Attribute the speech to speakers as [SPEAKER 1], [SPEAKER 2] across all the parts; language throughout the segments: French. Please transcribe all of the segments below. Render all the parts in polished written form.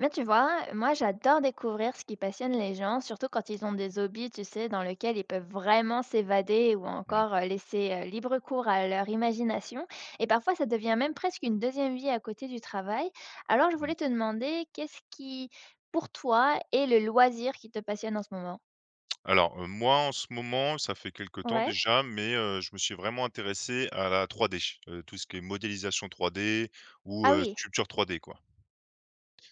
[SPEAKER 1] Mais tu vois, moi j'adore découvrir ce qui passionne les gens, surtout quand ils ont des hobbies, tu sais, dans lesquels ils peuvent vraiment s'évader ou
[SPEAKER 2] Mmh.
[SPEAKER 1] encore laisser libre cours à leur imagination. Et parfois ça devient même presque une deuxième vie à côté du travail. Alors je
[SPEAKER 2] Mmh.
[SPEAKER 1] voulais te demander, qu'est-ce qui, pour toi, est le loisir qui te passionne en ce moment?
[SPEAKER 2] Alors, moi, en ce moment, ça fait quelque temps
[SPEAKER 1] Ouais?
[SPEAKER 2] déjà, mais je me suis vraiment intéressé à la 3D, tout ce qui est modélisation 3D ou
[SPEAKER 1] Ah oui.
[SPEAKER 2] sculpture 3D, quoi.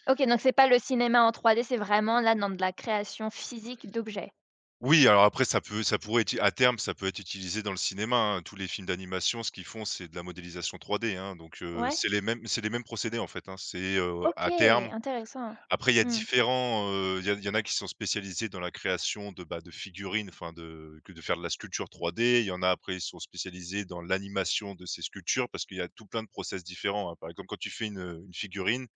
[SPEAKER 1] Ok, donc c'est pas le cinéma en 3D, c'est vraiment là dans de la création physique d'objets.
[SPEAKER 2] Oui, alors après ça pourrait être à terme, ça peut être utilisé dans le cinéma, hein. Tous les films d'animation, ce qu'ils font, c'est de la modélisation 3D, hein, donc
[SPEAKER 1] Ouais?
[SPEAKER 2] c'est les mêmes procédés, en fait, hein. C'est,
[SPEAKER 1] Ok,
[SPEAKER 2] à terme.
[SPEAKER 1] intéressant.
[SPEAKER 2] Après, il y a
[SPEAKER 1] Hmm.
[SPEAKER 2] différents, il y en a qui sont spécialisés dans la création de, bah, de figurines, enfin de faire de la sculpture 3D. Il y en a après, ils sont spécialisés dans l'animation de ces sculptures parce qu'il y a tout plein de process différents, hein. Par exemple, quand tu fais une figurine,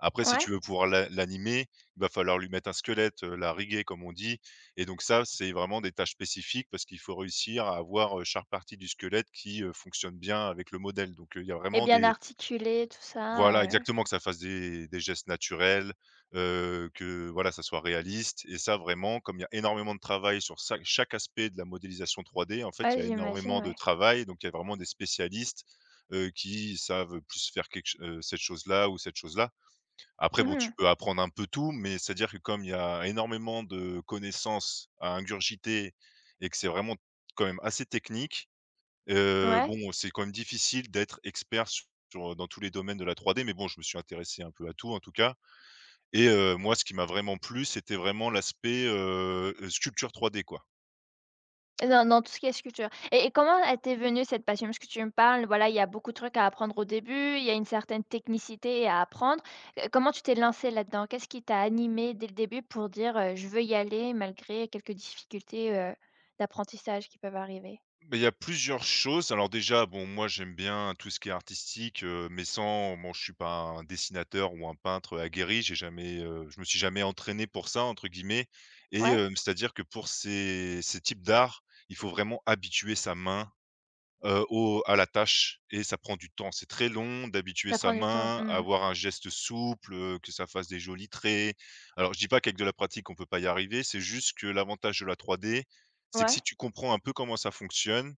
[SPEAKER 2] après si tu
[SPEAKER 1] Ouais?
[SPEAKER 2] veux pouvoir l'animer, il va falloir lui mettre un squelette, la riguer comme on dit, et donc ça, c'est vraiment des tâches spécifiques parce qu'il faut réussir à avoir, chaque partie du squelette qui, fonctionne bien avec le modèle. Donc, il y a
[SPEAKER 1] Et
[SPEAKER 2] vraiment
[SPEAKER 1] bien
[SPEAKER 2] des.
[SPEAKER 1] articulé, tout ça,
[SPEAKER 2] Voilà, exactement, que ça fasse des gestes naturels, que voilà, ça soit réaliste, et ça vraiment, comme il y a énormément de travail sur ça, chaque aspect de la modélisation 3D, en fait, il
[SPEAKER 1] ouais,
[SPEAKER 2] y a
[SPEAKER 1] j'imagine,
[SPEAKER 2] énormément de
[SPEAKER 1] ouais.
[SPEAKER 2] travail, donc il y a vraiment des spécialistes, qui savent plus faire quelque ch cette chose-là ou cette chose-là. Après bon, tu
[SPEAKER 1] Mmh.
[SPEAKER 2] peux apprendre un peu tout, mais c'est-à-dire que comme il y a énormément de connaissances à ingurgiter et que c'est vraiment quand même assez technique. Heu,
[SPEAKER 1] Ouais.
[SPEAKER 2] bon, c'est quand même difficile d'être expert dans tous les domaines de la 3D, mais bon, je me suis intéressé un peu à tout en tout cas, et moi, ce qui m'a vraiment plu, c'était vraiment l'aspect, sculpture 3D, quoi.
[SPEAKER 1] Dans tout ce qui est sculpture et comment elle venue cette passion? Parce que tu me parles, voilà, il y a beaucoup de trucs à apprendre au début, il y a une certaine technicité à apprendre. Comment tu t'es lancée là-dedans? Qu'est-ce qui t'a animé dès le début pour dire, «Je veux y aller» malgré quelques difficultés, d'apprentissage qui peuvent arriver?
[SPEAKER 2] Beh, il y a plusieurs choses. Alors déjà, bon, moi j'aime bien tout ce qui est artistique, mais sans bon, je suis pas un dessinateur ou un peintre aguerri. J'ai jamais, je me suis jamais «entraîné» pour ça, entre guillemets, et
[SPEAKER 1] Ouais?
[SPEAKER 2] c'est-à-dire que pour ces types d'art, il faut vraiment habituer sa main, au à la tâche, et ça prend du temps. C'est très long d'habituer
[SPEAKER 1] Ça
[SPEAKER 2] sa
[SPEAKER 1] prend du temps.
[SPEAKER 2] main, à
[SPEAKER 1] Mmh.
[SPEAKER 2] avoir un geste souple, que ça fasse des jolis traits. Alors je dis pas qu'avec de la pratique, on peut pas y arriver, c'est juste que l'avantage de la 3D, c'est que
[SPEAKER 1] Ouais.
[SPEAKER 2] si tu comprends un peu comment ça fonctionne,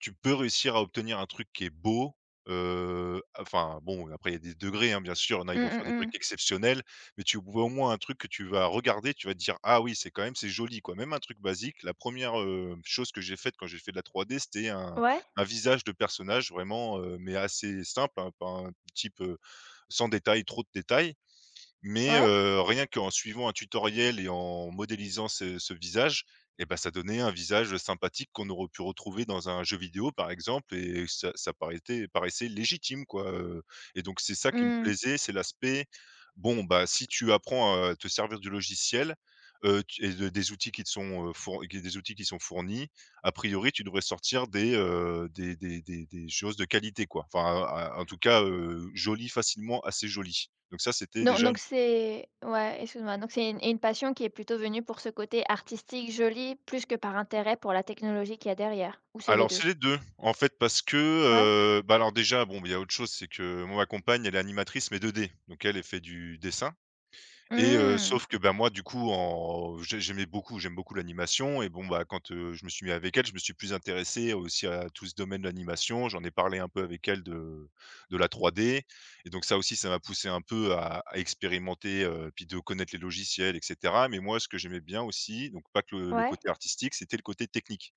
[SPEAKER 2] tu peux réussir à obtenir un truc qui est beau, enfin bon, après il y a des degrés, hein, bien sûr, il y en a, ils
[SPEAKER 1] Mmh,
[SPEAKER 2] vont faire
[SPEAKER 1] mmh
[SPEAKER 2] des
[SPEAKER 1] mh.
[SPEAKER 2] trucs exceptionnels, mais tu vois, au moins un truc que tu vas regarder, tu vas te dire: «Ah oui, c'est quand même c'est joli, quoi». Même un truc basique, la première re chose que j'ai faite quand j'ai fait de la 3D, c'était un
[SPEAKER 1] Ouais,
[SPEAKER 2] un visage de personnage vraiment, mais assez simple, hein, pas un type, sans détail, trop de détails, mais
[SPEAKER 1] ouais.
[SPEAKER 2] rien qu'en suivant un tutoriel et en modélisant ce visage, eh ben ça donnait un visage sympathique qu'on aurait pu retrouver dans un jeu vidéo, par exemple, et ça paraissait légitime, quoi, et donc c'est ça qui me
[SPEAKER 1] Mmh.
[SPEAKER 2] plaisait, c'est l'aspect, bon, bah, si tu apprends à te servir du logiciel, tu et de des outils qui te sont, four qui des outils qui sont fournis, a priori, tu devrais sortir des choses de qualité, quoi. Enfin, en tout cas, jolies, facilement, assez joli. Donc ça, c'était
[SPEAKER 1] Donc
[SPEAKER 2] déjà
[SPEAKER 1] donc
[SPEAKER 2] une.
[SPEAKER 1] c'est ouais, excuse-moi, donc c'est une passion qui est plutôt venue pour ce côté artistique, joli, plus que par intérêt pour la technologie qu'il y a derrière? Ou c'est les
[SPEAKER 2] Alors
[SPEAKER 1] deux.
[SPEAKER 2] c'est les 2, en fait, parce que,
[SPEAKER 1] Ouais?
[SPEAKER 2] bah, alors déjà, bon, il y a autre chose, c'est que moi ma compagne, elle est animatrice, mais 2D, donc elle, elle fait du dessin, et
[SPEAKER 1] Mmh.
[SPEAKER 2] sauf que, bah, moi du coup en j'ai j'aimais beaucoup j'aime beaucoup l'animation, et bon, bah, quand, je me suis mis avec elle, je me suis plus intéressé aussi à tout ce domaine de l'animation. J'en ai parlé un peu avec elle de la 3D, et donc ça aussi, ça m'a poussé un peu à expérimenter, puis de connaître les logiciels et cetera, mais moi ce que j'aimais bien aussi, donc pas que le
[SPEAKER 1] Ouais.
[SPEAKER 2] côté artistique, c'était le côté technique.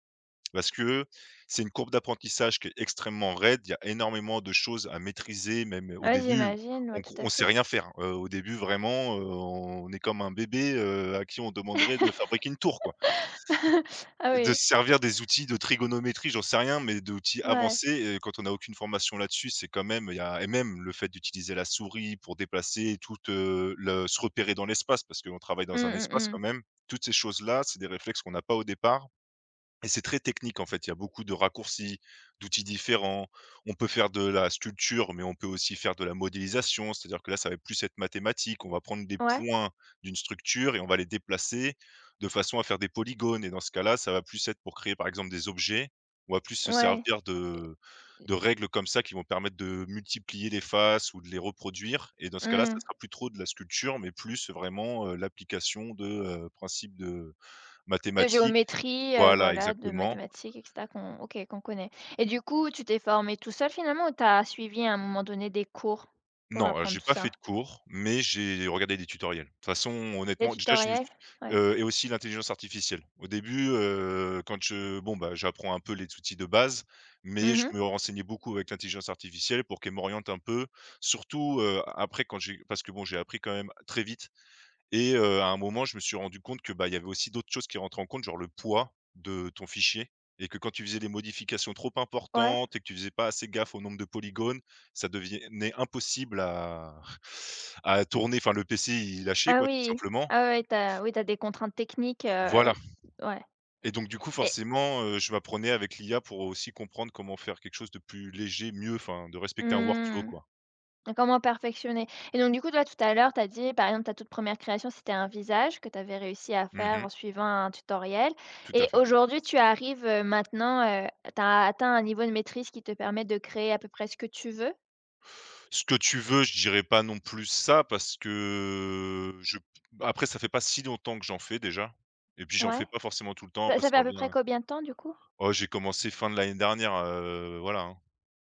[SPEAKER 2] Parce que c'est une courbe d'apprentissage qui est extrêmement raide. Il y a énormément de choses à maîtriser, même au
[SPEAKER 1] Ouais,
[SPEAKER 2] début,
[SPEAKER 1] j'imagine, ouais, tout à
[SPEAKER 2] on sait
[SPEAKER 1] fait.
[SPEAKER 2] rien faire. Au début, vraiment, on est comme un bébé, à qui on demanderait de fabriquer une tour, quoi.
[SPEAKER 1] Ah
[SPEAKER 2] De
[SPEAKER 1] oui,
[SPEAKER 2] se servir des outils de trigonométrie, j'en sais rien, mais d'outils
[SPEAKER 1] ouais.
[SPEAKER 2] avancés, et quand on n'a aucune formation là-dessus, c'est quand même, il y a, et même le fait d'utiliser la souris pour déplacer tout le se repérer dans l'espace, parce qu'on travaille dans un
[SPEAKER 1] Mmh,
[SPEAKER 2] espace
[SPEAKER 1] mmh
[SPEAKER 2] quand
[SPEAKER 1] mh.
[SPEAKER 2] même. Toutes ces choses-là, c'est des réflexes qu'on n'a pas au départ, et c'est très technique en fait, il y a beaucoup de raccourcis, d'outils différents. On peut faire de la sculpture, mais on peut aussi faire de la modélisation, c'est-à-dire que là, ça va plus être mathématique. On va prendre des
[SPEAKER 1] Ouais,
[SPEAKER 2] points d'une structure et on va les déplacer de façon à faire des polygones. Et dans ce cas-là, ça va plus être pour créer par exemple des objets. On va plus se
[SPEAKER 1] ouais.
[SPEAKER 2] servir de règles comme ça qui vont permettre de multiplier les faces ou de les reproduire. Et dans ce cas-là, ça
[SPEAKER 1] Mmh.
[SPEAKER 2] sera plus trop de la sculpture, mais plus vraiment l'application de principes de.
[SPEAKER 1] De
[SPEAKER 2] Mathématiques.
[SPEAKER 1] géométrie,
[SPEAKER 2] Voilà,
[SPEAKER 1] voilà, de
[SPEAKER 2] exactement.
[SPEAKER 1] mathématiques et cetera qu'on OK, qu'on connaît. Et du coup, tu t'es formé tout seul finalement ou t'as suivi à un moment donné des cours pour
[SPEAKER 2] Non,
[SPEAKER 1] apprendre
[SPEAKER 2] j'ai
[SPEAKER 1] tout
[SPEAKER 2] pas fait
[SPEAKER 1] ça?
[SPEAKER 2] de cours, mais j'ai regardé des tutoriels. De toute façon,
[SPEAKER 1] Des
[SPEAKER 2] honnêtement, déjà je me
[SPEAKER 1] tutoriels?
[SPEAKER 2] suis
[SPEAKER 1] Ouais.
[SPEAKER 2] et aussi l'intelligence artificielle. Au début, quand je, bon, bah, j'apprends un peu les outils de base, mais je
[SPEAKER 1] Mmh.
[SPEAKER 2] me renseignais beaucoup avec l'intelligence artificielle pour qu'elle m'oriente un peu. Surtout, après quand j'ai, parce que bon, j'ai appris quand même très vite. Et à un moment, je me suis rendu compte que, bah, il y avait aussi d'autres choses qui rentraient en compte, genre le poids de ton fichier, et que quand tu faisais des modifications trop
[SPEAKER 1] Ouais.
[SPEAKER 2] importantes et que tu faisais pas assez gaffe au nombre de polygones, ça devenait impossible à à tourner. Enfin, le PC, il lâchait
[SPEAKER 1] Ah
[SPEAKER 2] quoi, tout
[SPEAKER 1] oui.
[SPEAKER 2] simplement.
[SPEAKER 1] Ah ouais, t'as, oui, t'as des contraintes techniques,
[SPEAKER 2] Voilà,
[SPEAKER 1] ouais
[SPEAKER 2] et donc du coup,
[SPEAKER 1] et
[SPEAKER 2] forcément, je m'apprenais avec l'IA pour aussi comprendre comment faire quelque chose de plus léger, mieux, enfin de respecter un workflow,
[SPEAKER 1] mmh,
[SPEAKER 2] quoi.
[SPEAKER 1] comment perfectionner et donc du coup, toi, tout à l'heure, t'as dit, par exemple, ta toute première création, c'était un visage que t'avais réussi à
[SPEAKER 2] Mmh
[SPEAKER 1] faire
[SPEAKER 2] mh.
[SPEAKER 1] en suivant un tutoriel
[SPEAKER 2] Tout à
[SPEAKER 1] et
[SPEAKER 2] fait.
[SPEAKER 1] aujourd'hui, tu arrives, maintenant, tu atteint un niveau de maîtrise qui te permet de créer à peu près ce que tu veux?
[SPEAKER 2] Ce que tu veux, je dirais pas non plus ça, parce que je après ça fait pas si longtemps que j'en fais déjà, et puis j'en fais
[SPEAKER 1] Ouais.
[SPEAKER 2] pas forcément tout le temps.
[SPEAKER 1] Ça
[SPEAKER 2] Après
[SPEAKER 1] ça
[SPEAKER 2] ça
[SPEAKER 1] fait à peu près
[SPEAKER 2] revient.
[SPEAKER 1] combien de temps, du coup?
[SPEAKER 2] Oh, j'ai commencé fin de l'année dernière, voilà, hein,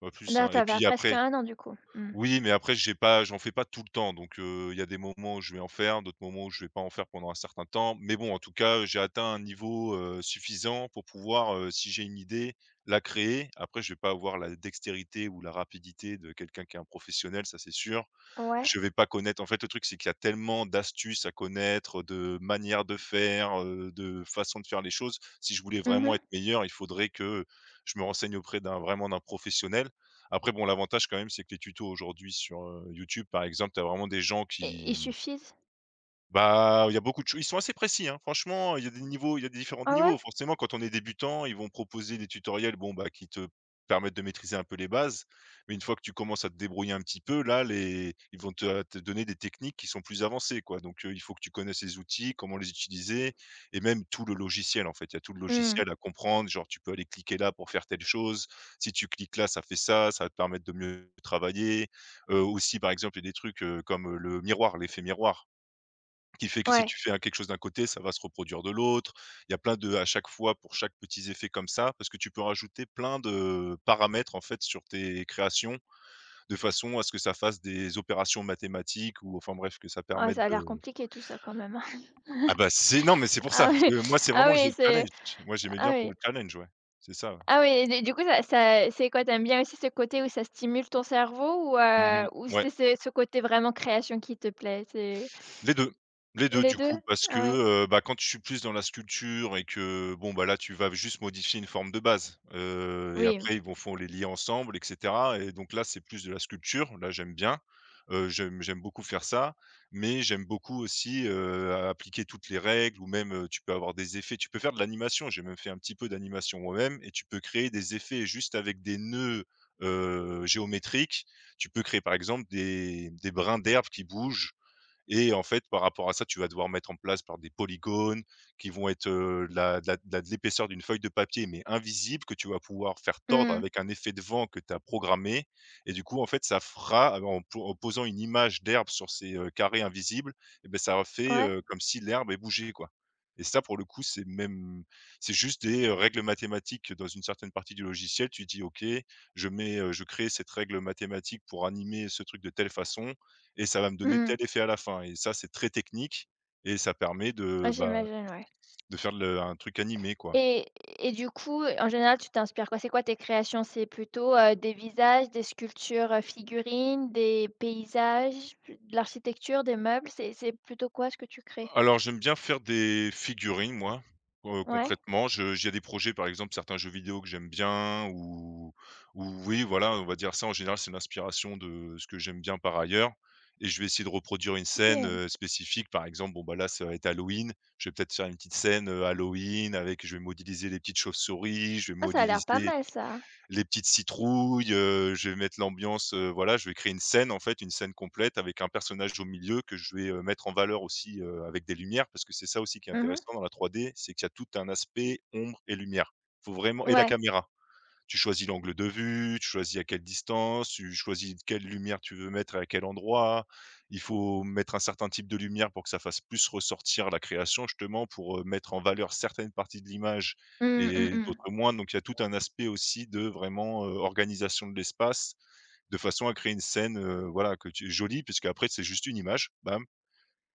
[SPEAKER 2] pas plus,
[SPEAKER 1] Là,
[SPEAKER 2] hein, et
[SPEAKER 1] t'as vers
[SPEAKER 2] puis
[SPEAKER 1] presque
[SPEAKER 2] après.
[SPEAKER 1] un an, du coup? Mmh.
[SPEAKER 2] Oui, mais après j'en fais pas tout le temps, donc il y a des moments où je vais en faire, d'autres moments où je vais pas en faire pendant un certain temps, mais bon, en tout cas, j'ai atteint un niveau, suffisant pour pouvoir, si j'ai une idée, la créer. Après je vais pas avoir la dextérité ou la rapidité de quelqu'un qui est un professionnel, ça c'est sûr,
[SPEAKER 1] Ouais.
[SPEAKER 2] je vais pas connaître, en fait, le truc, c'est qu'il y a tellement d'astuces à connaître, de manières de faire, de façons de faire les choses. Si je voulais vraiment
[SPEAKER 1] Mmh.
[SPEAKER 2] être meilleur, il faudrait que je me renseigne auprès d'un vraiment d'un professionnel. Après bon, l'avantage quand même, c'est que les tutos aujourd'hui sur, YouTube, par exemple, tu as vraiment des gens
[SPEAKER 1] Et ils
[SPEAKER 2] qui.
[SPEAKER 1] suffisent?
[SPEAKER 2] Bah, il y a beaucoup de choses. Ils sont assez précis, hein. Franchement, il y a des différents
[SPEAKER 1] Ah
[SPEAKER 2] niveaux.
[SPEAKER 1] ouais?
[SPEAKER 2] Forcément, quand on est débutant, ils vont proposer des tutoriels, bon, bah, qui te permettent de maîtriser un peu les bases. Mais une fois que tu commences à te débrouiller un petit peu, là, les ils vont te donner des techniques qui sont plus avancées, quoi. Donc, il faut que tu connaisses les outils, comment les utiliser, et même tout le logiciel, en fait. Il y a tout le
[SPEAKER 1] Mmh.
[SPEAKER 2] logiciel à comprendre, genre, tu peux aller cliquer là pour faire telle chose. Si tu cliques là, ça fait ça, ça va te permettre de mieux travailler. Aussi, par exemple, il y a des trucs, comme le miroir, l'effet miroir, qui fait que si
[SPEAKER 1] Ouais.
[SPEAKER 2] tu fais quelque chose d'un côté, ça va se reproduire de l'autre. Il y a plein de à chaque fois pour chaque petit effet comme ça, parce que tu peux rajouter plein de paramètres en fait sur tes créations, de façon à ce que ça fasse des opérations mathématiques ou enfin bref que ça
[SPEAKER 1] Ouais,
[SPEAKER 2] permette
[SPEAKER 1] ça a l'air
[SPEAKER 2] de
[SPEAKER 1] compliqué tout ça quand même, hein.
[SPEAKER 2] ah bah c'est non mais c'est pour ça,
[SPEAKER 1] Ah oui,
[SPEAKER 2] moi c'est
[SPEAKER 1] ah
[SPEAKER 2] vraiment le
[SPEAKER 1] oui, c'est
[SPEAKER 2] challenge. Moi j'aimais
[SPEAKER 1] ah
[SPEAKER 2] bien pour
[SPEAKER 1] oui,
[SPEAKER 2] le challenge, ouais. C'est ça, ouais.
[SPEAKER 1] ah oui et du coup ça c'est quoi? T'aimes bien aussi ce côté où ça stimule ton cerveau
[SPEAKER 2] Mmh.
[SPEAKER 1] ou
[SPEAKER 2] Ouais.
[SPEAKER 1] c'est ce côté vraiment création qui te plaît? C'est
[SPEAKER 2] Les 2, les deux
[SPEAKER 1] les
[SPEAKER 2] du coup,
[SPEAKER 1] deux.
[SPEAKER 2] parce que,
[SPEAKER 1] Ah ouais?
[SPEAKER 2] bah, quand je suis plus dans la sculpture et que, bon, bah, là, tu vas juste modifier une forme de base, et
[SPEAKER 1] Oui.
[SPEAKER 2] après ils vont font les lier ensemble et cetera et donc là, c'est plus de la sculpture. Là, j'aime bien, j'aime beaucoup faire ça, mais j'aime beaucoup aussi, appliquer toutes les règles ou même, tu peux avoir des effets. Tu peux faire de l'animation, j'ai même fait un petit peu d'animation moi-même et tu peux créer des effets juste avec des nœuds, géométriques. Tu peux créer, par exemple, des brins d'herbe qui bougent et en fait, par rapport à ça, tu vas devoir mettre en place par des polygones qui vont être, de la de l'épaisseur d'une feuille de papier, mais invisible, que tu vas pouvoir faire tordre
[SPEAKER 1] Hmm.
[SPEAKER 2] avec un effet de vent que tu as programmé et du coup, en fait, ça fera ah, en posant une image d'herbe sur ces, carrés invisibles et beh, ça fait,
[SPEAKER 1] Ouais.
[SPEAKER 2] comme si l'herbe est bougée, quoi et ça, pour le coup, c'est même c'est juste des, règles mathématiques dans une certaine partie du logiciel. Tu dis: «OK, je mets, je crée cette règle mathématique pour animer ce truc de telle façon» et ça va me donner
[SPEAKER 1] Hmm.
[SPEAKER 2] tel effet à la fin et ça, c'est très technique et ça permet de,
[SPEAKER 1] Ouais,
[SPEAKER 2] bah,
[SPEAKER 1] j'imagine, ouais
[SPEAKER 2] de faire le un truc animé, quoi.
[SPEAKER 1] et et du coup, en général, tu t'inspires quoi? C'est quoi tes créations? C'est plutôt, des visages, des sculptures, figurines, des paysages, de l'architecture, des meubles? C'est plutôt quoi ce que tu crées?
[SPEAKER 2] Alors j'aime bien faire des figurines moi,
[SPEAKER 1] Ouais.
[SPEAKER 2] concrètement, je j'ai des projets, par exemple, certains jeux vidéo que j'aime bien ou oui, voilà, on va dire ça, en général, c'est l'inspiration de ce que j'aime bien par ailleurs et je vais essayer de reproduire une scène,
[SPEAKER 1] OK.
[SPEAKER 2] spécifique. Par exemple, bon, bah, là, ça va être Halloween, je vais peut-être faire une petite scène, Halloween avec je vais modéliser les petites chauves-souris, je vais
[SPEAKER 1] Ah, ça a l'air pas
[SPEAKER 2] modéliser
[SPEAKER 1] mal ça.
[SPEAKER 2] les petites citrouilles, je vais mettre l'ambiance, voilà, je vais créer une scène, en fait, une scène complète avec un personnage au milieu que je vais, mettre en valeur aussi, avec des lumières parce que c'est ça aussi qui est
[SPEAKER 1] Mhm.
[SPEAKER 2] intéressant dans la 3D, c'est qu'il y a tout un aspect ombre et lumière. Faut vraiment et la
[SPEAKER 1] Ouais.
[SPEAKER 2] caméra. Tu choisis l'angle de vue, tu choisis à quelle distance, tu choisis quelle lumière tu veux mettre à quel endroit. Il faut mettre un certain type de lumière pour que ça fasse plus ressortir la création justement, pour, mettre en valeur certaines parties de l'image
[SPEAKER 1] Mmh, mmh
[SPEAKER 2] et
[SPEAKER 1] mh.
[SPEAKER 2] d'autres moins. Donc il y a tout un aspect aussi de vraiment, organisation de l'espace, de façon à créer une scène, voilà que tu jolie puisque après c'est juste une image, bam,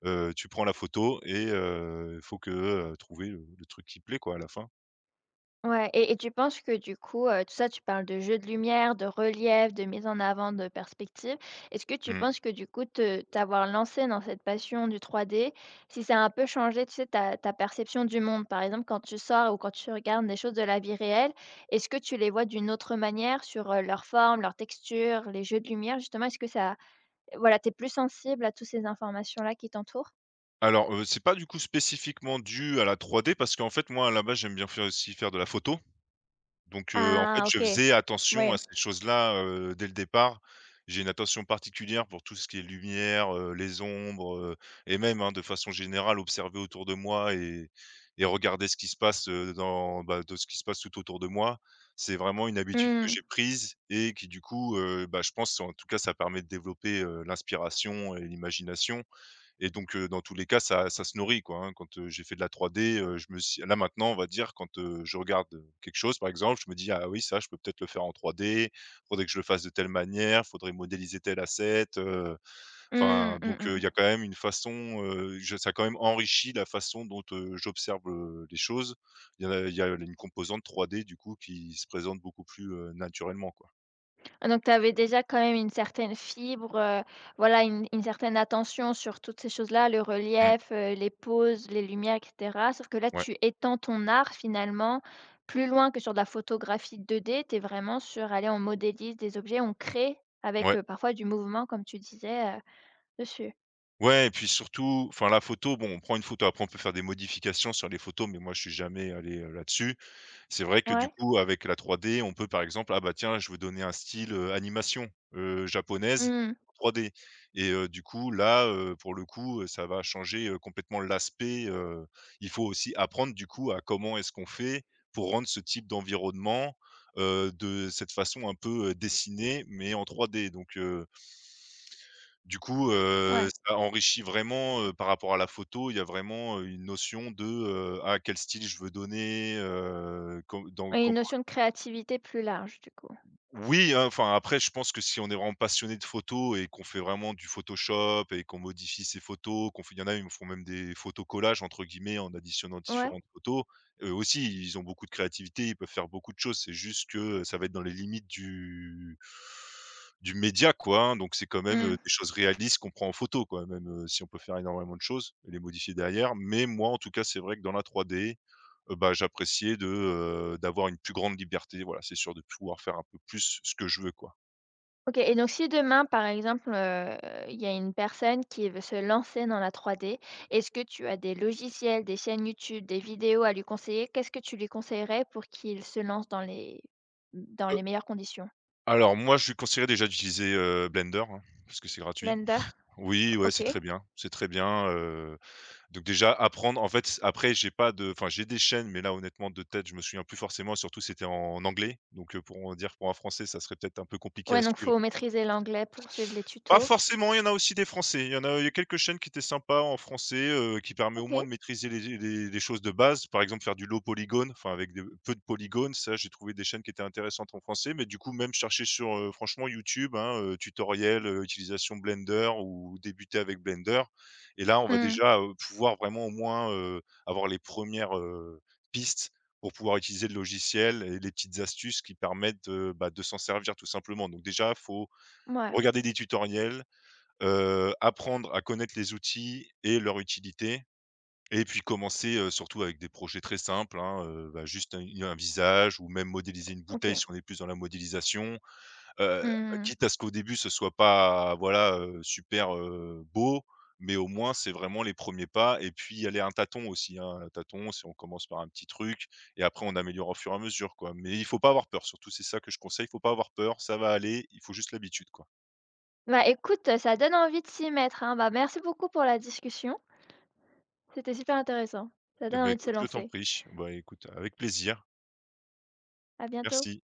[SPEAKER 2] tu prends la photo et il faut que, trouver le truc qui plaît quoi à la fin.
[SPEAKER 1] Ouais et tu penses que du coup, tout ça, tu parles de jeu de lumière, de relief, de mise en avant de perspective. Est-ce que tu
[SPEAKER 2] Mmh.
[SPEAKER 1] penses que du coup, te t'avoir lancé dans cette passion du 3D, si ça a un peu changé, tu sais, ta perception du monde? Par exemple, quand tu sors ou quand tu regardes des choses de la vie réelle, est-ce que tu les vois d'une autre manière sur, leur forme, leur texture, les jeux de lumière justement? Est-ce que ça voilà, t'es plus sensible à toutes ces informations-là qui t'entourent?
[SPEAKER 2] Alors, c'est pas du coup spécifiquement dû à la 3D parce qu'en fait, moi, à la base, j'aime bien faire de la photo. Donc, en fait,
[SPEAKER 1] Ah
[SPEAKER 2] je
[SPEAKER 1] OK.
[SPEAKER 2] faisais attention
[SPEAKER 1] Ouais.
[SPEAKER 2] à ces choses-là, dès le départ. J'ai une attention particulière pour tout ce qui est lumière, les ombres, et même, hein, de façon générale, observer autour de moi et regarder ce qui se passe, dans bah, de ce qui se passe tout autour de moi. C'est vraiment une habitude que
[SPEAKER 1] Mmh.
[SPEAKER 2] j'ai prise et qui du coup, bah, je pense en tout cas, ça permet de développer, l'inspiration et l'imagination et donc, dans tous les cas, ça se nourrit, quoi, hein. Quand, j'ai fait de la 3D, je me suis là, maintenant, on va dire, quand, je regarde, quelque chose, par exemple, je me dis: «Ah oui, ça, je peux peut-être le faire en 3D. Faudrait que je le fasse de telle manière, faudrait modéliser tel asset»,
[SPEAKER 1] Mmh.
[SPEAKER 2] enfin,
[SPEAKER 1] Mmh
[SPEAKER 2] donc,
[SPEAKER 1] mh.
[SPEAKER 2] il y a quand même une façon, je ça a quand même enrichi la façon dont, j'observe, les choses. Il y a une composante 3D, du coup, qui se présente beaucoup plus, naturellement, quoi.
[SPEAKER 1] Ah donc tu avais déjà quand même une certaine fibre, voilà une certaine attention sur toutes ces choses-là, le
[SPEAKER 2] Mmh.
[SPEAKER 1] relief, les poses, les lumières et cetera. Sauf que là,
[SPEAKER 2] Ouais.
[SPEAKER 1] tu étends ton art finalement plus loin que sur de la photographie deux d tu es vraiment sur: «Allez, on modélise des objets, on crée avec,
[SPEAKER 2] Ouais.
[SPEAKER 1] parfois du mouvement», comme tu disais, dessus.
[SPEAKER 2] Ouais et puis surtout, enfin la photo, bon, on prend une photo, après on peut faire des modifications sur les photos, mais moi je suis jamais allé, là-dessus. C'est vrai que du
[SPEAKER 1] Ouais.
[SPEAKER 2] coup avec la 3D, on peut par exemple, ah bah tiens, je veux donner un style, animation, japonaise
[SPEAKER 1] Mmh.
[SPEAKER 2] en 3D et du coup là, pour le coup, ça va changer, complètement l'aspect, il faut aussi apprendre du coup à comment est-ce qu'on fait pour rendre ce type d'environnement, de cette façon un peu, dessinée mais en 3D donc du coup,
[SPEAKER 1] Ouais.
[SPEAKER 2] ça enrichit vraiment, par rapport à la photo, il y a vraiment, une notion de, «Ah, quel style je veux donner, com dans
[SPEAKER 1] Et une notion de créativité plus large du coup.
[SPEAKER 2] oui, hein, enfin après je pense que si on est vraiment passionné de photos et qu'on fait vraiment du Photoshop et qu'on modifie ses photos, qu'on fait il y en a, ils me font même des «photos collages» entre guillemets en additionnant
[SPEAKER 1] Ouais.
[SPEAKER 2] différentes photos. Eux aussi, ils ont beaucoup de créativité, ils peuvent faire beaucoup de choses. C'est juste que ça va être dans les limites du média quoi, hein, donc c'est quand même,
[SPEAKER 1] Mmh.
[SPEAKER 2] des choses réalistes qu'on prend en photo quoi, même, si on peut faire énormément de choses et les modifier derrière. Mais moi en tout cas, c'est vrai que dans la 3D bah, j'appréciais d'avoir une plus grande liberté, voilà, c'est sûr, de pouvoir faire un peu plus ce que je veux, quoi.
[SPEAKER 1] OK et donc si demain, par exemple, il y a une personne qui veut se lancer dans la 3D, est-ce que tu as des logiciels, des chaînes YouTube, des vidéos à lui conseiller? Qu'est-ce que tu lui conseillerais pour qu'il se lance dans
[SPEAKER 2] Heu,
[SPEAKER 1] les meilleures conditions?
[SPEAKER 2] alors moi, je lui conseillerais déjà d'utiliser, Blender, hein, parce que c'est gratuit.
[SPEAKER 1] Blender?
[SPEAKER 2] Oui, ouais,
[SPEAKER 1] OK.
[SPEAKER 2] c'est très bien, donc déjà apprendre en fait, après j'ai pas de enfin, j'ai des chaînes, mais là, honnêtement, de tête, je me souviens plus forcément, surtout c'était en anglais, donc pour en dire pour un Français, ça serait peut-être un peu compliqué à
[SPEAKER 1] Ouais, donc
[SPEAKER 2] suivre.
[SPEAKER 1] faut maîtriser l'anglais pour suivre les
[SPEAKER 2] Pas
[SPEAKER 1] tutos.
[SPEAKER 2] forcément, il y en a aussi des français. Il y a quelques chaînes qui étaient sympas en français, qui permet au moins
[SPEAKER 1] OK.
[SPEAKER 2] de maîtriser les choses de base. Par exemple, faire du low polygone, enfin avec des peu de polygones, ça j'ai trouvé des chaînes qui étaient intéressantes en français. Mais du coup, même chercher sur, franchement YouTube, hein, tutoriel, utilisation Blender ou débuter avec Blender. Et là, on va
[SPEAKER 1] Mmh.
[SPEAKER 2] déjà, pouvoir vraiment au moins, avoir les premières res pistes pour pouvoir utiliser le logiciel et les petites astuces qui permettent, bah, de s'en servir tout simplement. Donc déjà, faut
[SPEAKER 1] Mouais.
[SPEAKER 2] regarder des tutoriels. Apprendre à connaître les outils et leur utilité et puis commencer, surtout avec des projets très simples, hein, bah, juste un visage ou même modéliser une bouteille
[SPEAKER 1] OK.
[SPEAKER 2] si on est plus dans la modélisation, heu,
[SPEAKER 1] Mmh.
[SPEAKER 2] quitte à ce qu'au début ce soit pas, voilà, super, beau, mais au moins c'est vraiment les premiers pas et puis y aller un tâton aussi, hein, un tâton, si on commence par un petit truc et après on améliore au fur et à mesure, quoi. Mais il faut pas avoir peur, surtout c'est ça que je conseille, il faut pas avoir peur, ça va aller, il faut juste l'habitude, quoi.
[SPEAKER 1] Bah, écoute, ça donne envie de s'y mettre, hein. Bah, merci beaucoup pour la discussion. C'était super intéressant. Ça
[SPEAKER 2] Eh
[SPEAKER 1] donne
[SPEAKER 2] ben
[SPEAKER 1] envie de se
[SPEAKER 2] écoute, je t'en
[SPEAKER 1] lancer.
[SPEAKER 2] prie. Bah, écoute, avec plaisir.
[SPEAKER 1] À bientôt.
[SPEAKER 2] Merci.